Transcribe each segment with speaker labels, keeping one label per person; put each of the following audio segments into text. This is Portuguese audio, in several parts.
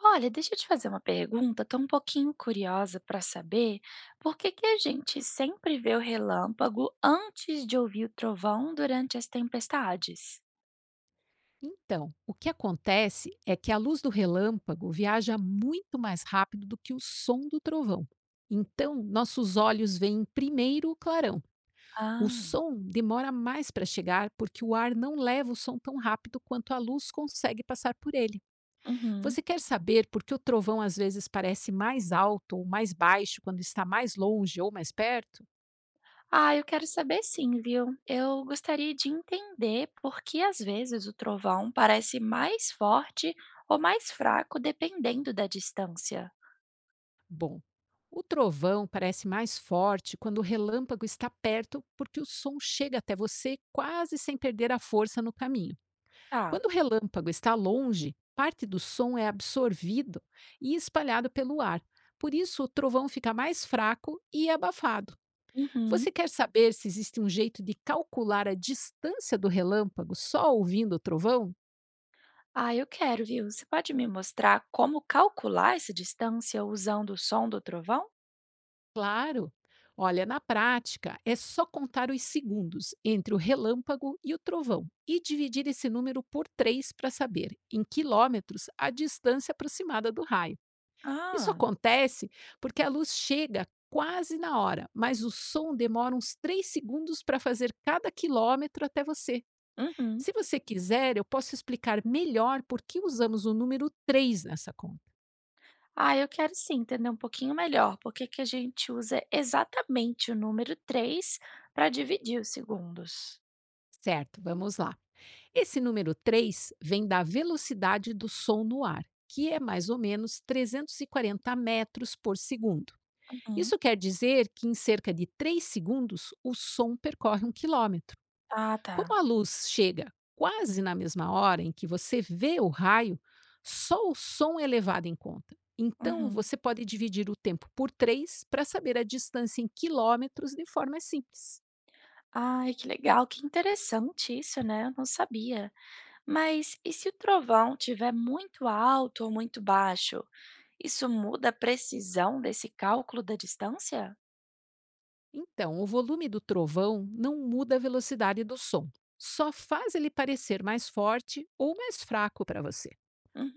Speaker 1: Olha, deixa eu te fazer uma pergunta. Estou um pouquinho curiosa para saber por que a gente sempre vê o relâmpago antes de ouvir o trovão durante as tempestades?
Speaker 2: Então, o que acontece é que a luz do relâmpago viaja muito mais rápido do que o som do trovão. Então, nossos olhos veem primeiro o clarão. O
Speaker 1: Ah.
Speaker 2: som demora mais para chegar porque o ar não leva o som tão rápido quanto a luz consegue passar por ele.
Speaker 1: Uhum.
Speaker 2: Você quer saber por que o trovão às vezes parece mais alto ou mais baixo quando está mais longe ou mais perto?
Speaker 1: Ah, eu quero saber sim, viu? Eu gostaria de entender por que às vezes o trovão parece mais forte ou mais fraco dependendo da distância.
Speaker 2: Bom, o trovão parece mais forte quando o relâmpago está perto, porque o som chega até você quase sem perder a força no caminho.
Speaker 1: Tá.
Speaker 2: Quando o relâmpago está longe, parte do som é absorvido e espalhado pelo ar. Por isso, o trovão fica mais fraco e abafado.
Speaker 1: Uhum.
Speaker 2: Você quer saber se existe um jeito de calcular a distância do relâmpago só ouvindo o trovão?
Speaker 1: Ah, eu quero, viu? Você pode me mostrar como calcular essa distância usando o som do trovão?
Speaker 2: Claro. Olha, na prática, é só contar os segundos entre o relâmpago e o trovão e dividir esse número por três para saber, em quilômetros, a distância aproximada do raio. Isso
Speaker 1: Ah,
Speaker 2: acontece porque a luz chega quase na hora, mas o som demora uns três segundos para fazer cada quilômetro até você.
Speaker 1: uhum.
Speaker 2: Se você quiser, eu posso explicar melhor por que usamos o número 3 nessa conta.
Speaker 1: Ah, eu quero sim entender um pouquinho melhor por que a gente usa exatamente o número 3 para dividir os segundos.
Speaker 2: Certo, vamos lá. Esse número 3 vem da velocidade do som no ar, que é mais ou menos 340 metros por segundo.
Speaker 1: Uhum.
Speaker 2: Isso quer dizer que em cerca de 3 segundos o som percorre um quilômetro.
Speaker 1: Ah,
Speaker 2: Como
Speaker 1: tá.
Speaker 2: a luz chega quase na mesma hora em que você vê o raio, só o som é levado em conta. Então,
Speaker 1: Uhum.
Speaker 2: você pode dividir o tempo por 3 para saber a distância em quilômetros de forma simples.
Speaker 1: Ai, que legal, que interessante isso, né? Eu não sabia. Mas e se o trovão tiver muito alto ou muito baixo? Isso muda a precisão desse cálculo da distância?
Speaker 2: Então, o volume do trovão não muda a velocidade do som, só faz ele parecer mais forte ou mais fraco para você.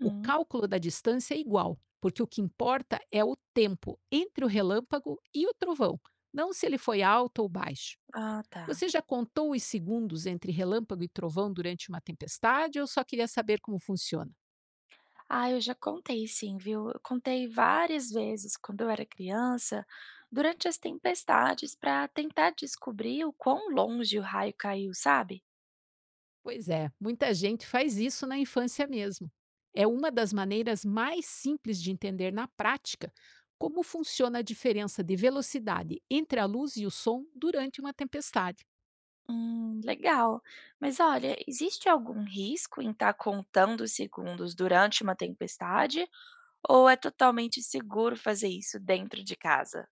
Speaker 2: O cálculo da distância é igual, porque o que importa é o tempo entre o relâmpago e o trovão, não se ele foi alto ou baixo.
Speaker 1: Ah, tá.
Speaker 2: Você já contou os segundos entre relâmpago e trovão durante uma tempestade ou só queria saber como funciona?
Speaker 1: Ah, eu já contei sim, viu? Eu contei várias vezes quando eu era criança, durante as tempestades, para tentar descobrir o quão longe o raio caiu, sabe?
Speaker 2: Pois é, muita gente faz isso na infância mesmo. É uma das maneiras mais simples de entender na prática como funciona a diferença de velocidade entre a luz e o som durante uma tempestade.
Speaker 1: Legal. Mas olha, existe algum risco em estar contando os segundos durante uma tempestade? Ou é totalmente seguro fazer isso dentro de casa?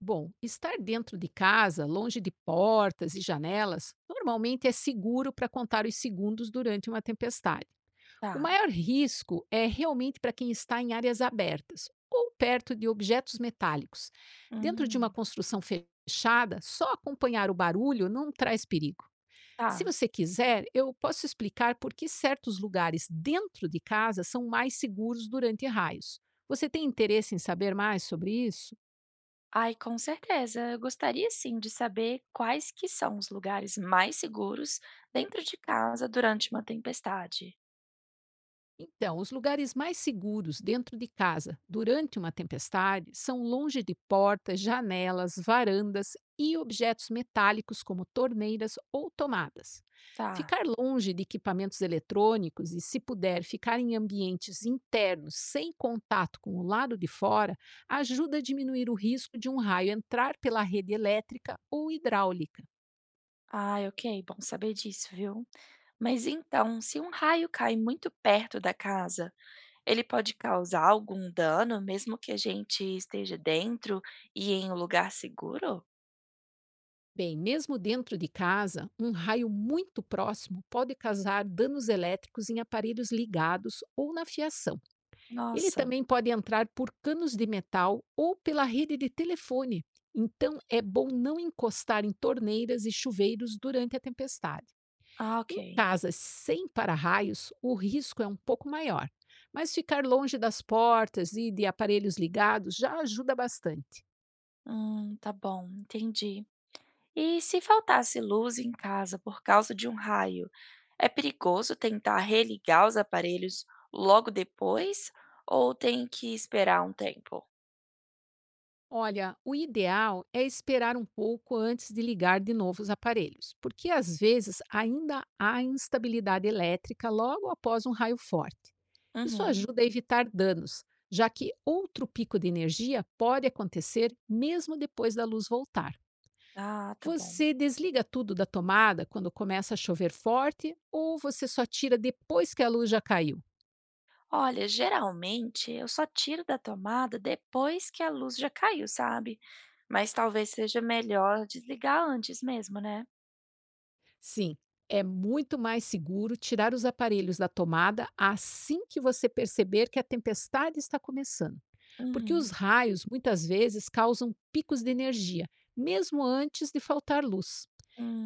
Speaker 2: Bom, estar dentro de casa, longe de portas e janelas, normalmente é seguro para contar os segundos durante uma tempestade. O
Speaker 1: Tá.
Speaker 2: maior risco é realmente para quem está em áreas abertas ou perto de objetos metálicos. Dentro de uma
Speaker 1: Hum,
Speaker 2: construção fechada, só acompanhar o barulho não traz perigo. Se
Speaker 1: tá.
Speaker 2: você quiser, eu posso explicar por que certos lugares dentro de casa são mais seguros durante raios. Você tem interesse em saber mais sobre isso?
Speaker 1: Ai, com certeza. Eu gostaria sim de saber quais que são os lugares mais seguros dentro de casa durante uma tempestade.
Speaker 2: Então, os lugares mais seguros dentro de casa durante uma tempestade são longe de portas, janelas, varandas e objetos metálicos como torneiras ou tomadas.
Speaker 1: Tá.
Speaker 2: Ficar longe de equipamentos eletrônicos e, se puder, ficar em ambientes internos sem contato com o lado de fora ajuda a diminuir o risco de um raio entrar pela rede elétrica ou hidráulica.
Speaker 1: Ai, ok, bom saber disso, viu? Mas então, se um raio cai muito perto da casa, ele pode causar algum dano, mesmo que a gente esteja dentro e em um lugar seguro?
Speaker 2: Bem, mesmo dentro de casa, um raio muito próximo pode causar danos elétricos em aparelhos ligados ou na fiação. Ele
Speaker 1: Nossa.
Speaker 2: também pode entrar por canos de metal ou pela rede de telefone. Então, é bom não encostar em torneiras e chuveiros durante a tempestade.
Speaker 1: Ah,
Speaker 2: Em
Speaker 1: ok.
Speaker 2: casas sem para-raios, o risco é um pouco maior, mas ficar longe das portas e de aparelhos ligados já ajuda bastante.
Speaker 1: Tá bom, entendi. E se faltasse luz em casa por causa de um raio, é perigoso tentar religar os aparelhos logo depois ou tem que esperar um tempo?
Speaker 2: Olha, o ideal é esperar um pouco antes de ligar de novo os aparelhos, porque às vezes ainda há instabilidade elétrica logo após um raio forte. Isso
Speaker 1: Uhum.
Speaker 2: ajuda a evitar danos, já que outro pico de energia pode acontecer mesmo depois da luz voltar.
Speaker 1: Ah, tá bom.
Speaker 2: Você desliga tudo da tomada quando começa a chover forte ou você só tira depois que a luz já caiu?
Speaker 1: Olha, geralmente eu só tiro da tomada depois que a luz já caiu, sabe? Mas talvez seja melhor desligar antes mesmo, né?
Speaker 2: Sim, é muito mais seguro tirar os aparelhos da tomada assim que você perceber que a tempestade está começando, porque os
Speaker 1: Uhum.
Speaker 2: raios muitas vezes causam picos de energia, mesmo antes de faltar luz.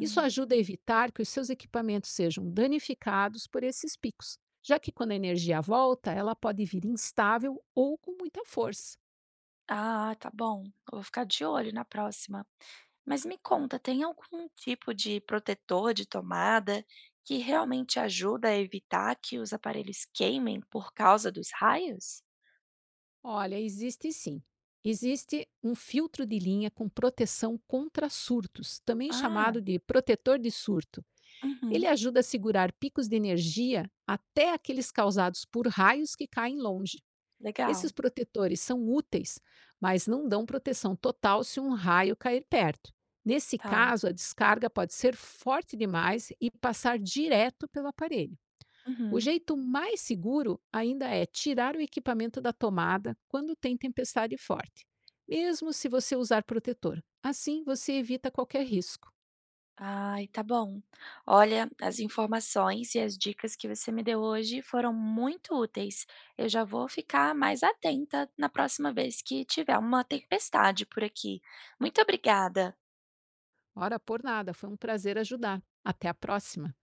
Speaker 2: Isso ajuda a evitar que os seus equipamentos sejam danificados por esses picos, já que quando a energia volta, ela pode vir instável ou com muita força.
Speaker 1: Ah, tá bom. Eu vou ficar de olho na próxima. Mas me conta, tem algum tipo de protetor de tomada que realmente ajuda a evitar que os aparelhos queimem por causa dos raios?
Speaker 2: Olha, existe sim. Existe um filtro de linha com proteção contra surtos, também
Speaker 1: Ah,
Speaker 2: chamado de protetor de surto. Ele
Speaker 1: uhum,
Speaker 2: ajuda a segurar picos de energia até aqueles causados por raios que caem longe.
Speaker 1: legal,
Speaker 2: Esses protetores são úteis, mas não dão proteção total se um raio cair perto. Nesse
Speaker 1: tá.
Speaker 2: caso, a descarga pode ser forte demais e passar direto pelo aparelho. O
Speaker 1: Uhum.
Speaker 2: jeito mais seguro ainda é tirar o equipamento da tomada quando tem tempestade forte, mesmo se você usar protetor. Assim você evita qualquer risco.
Speaker 1: Ai, tá bom. Olha, as informações e as dicas que você me deu hoje foram muito úteis. Eu já vou ficar mais atenta na próxima vez que tiver uma tempestade por aqui. Muito obrigada.
Speaker 2: Ora por nada, foi um prazer ajudar. Até a próxima!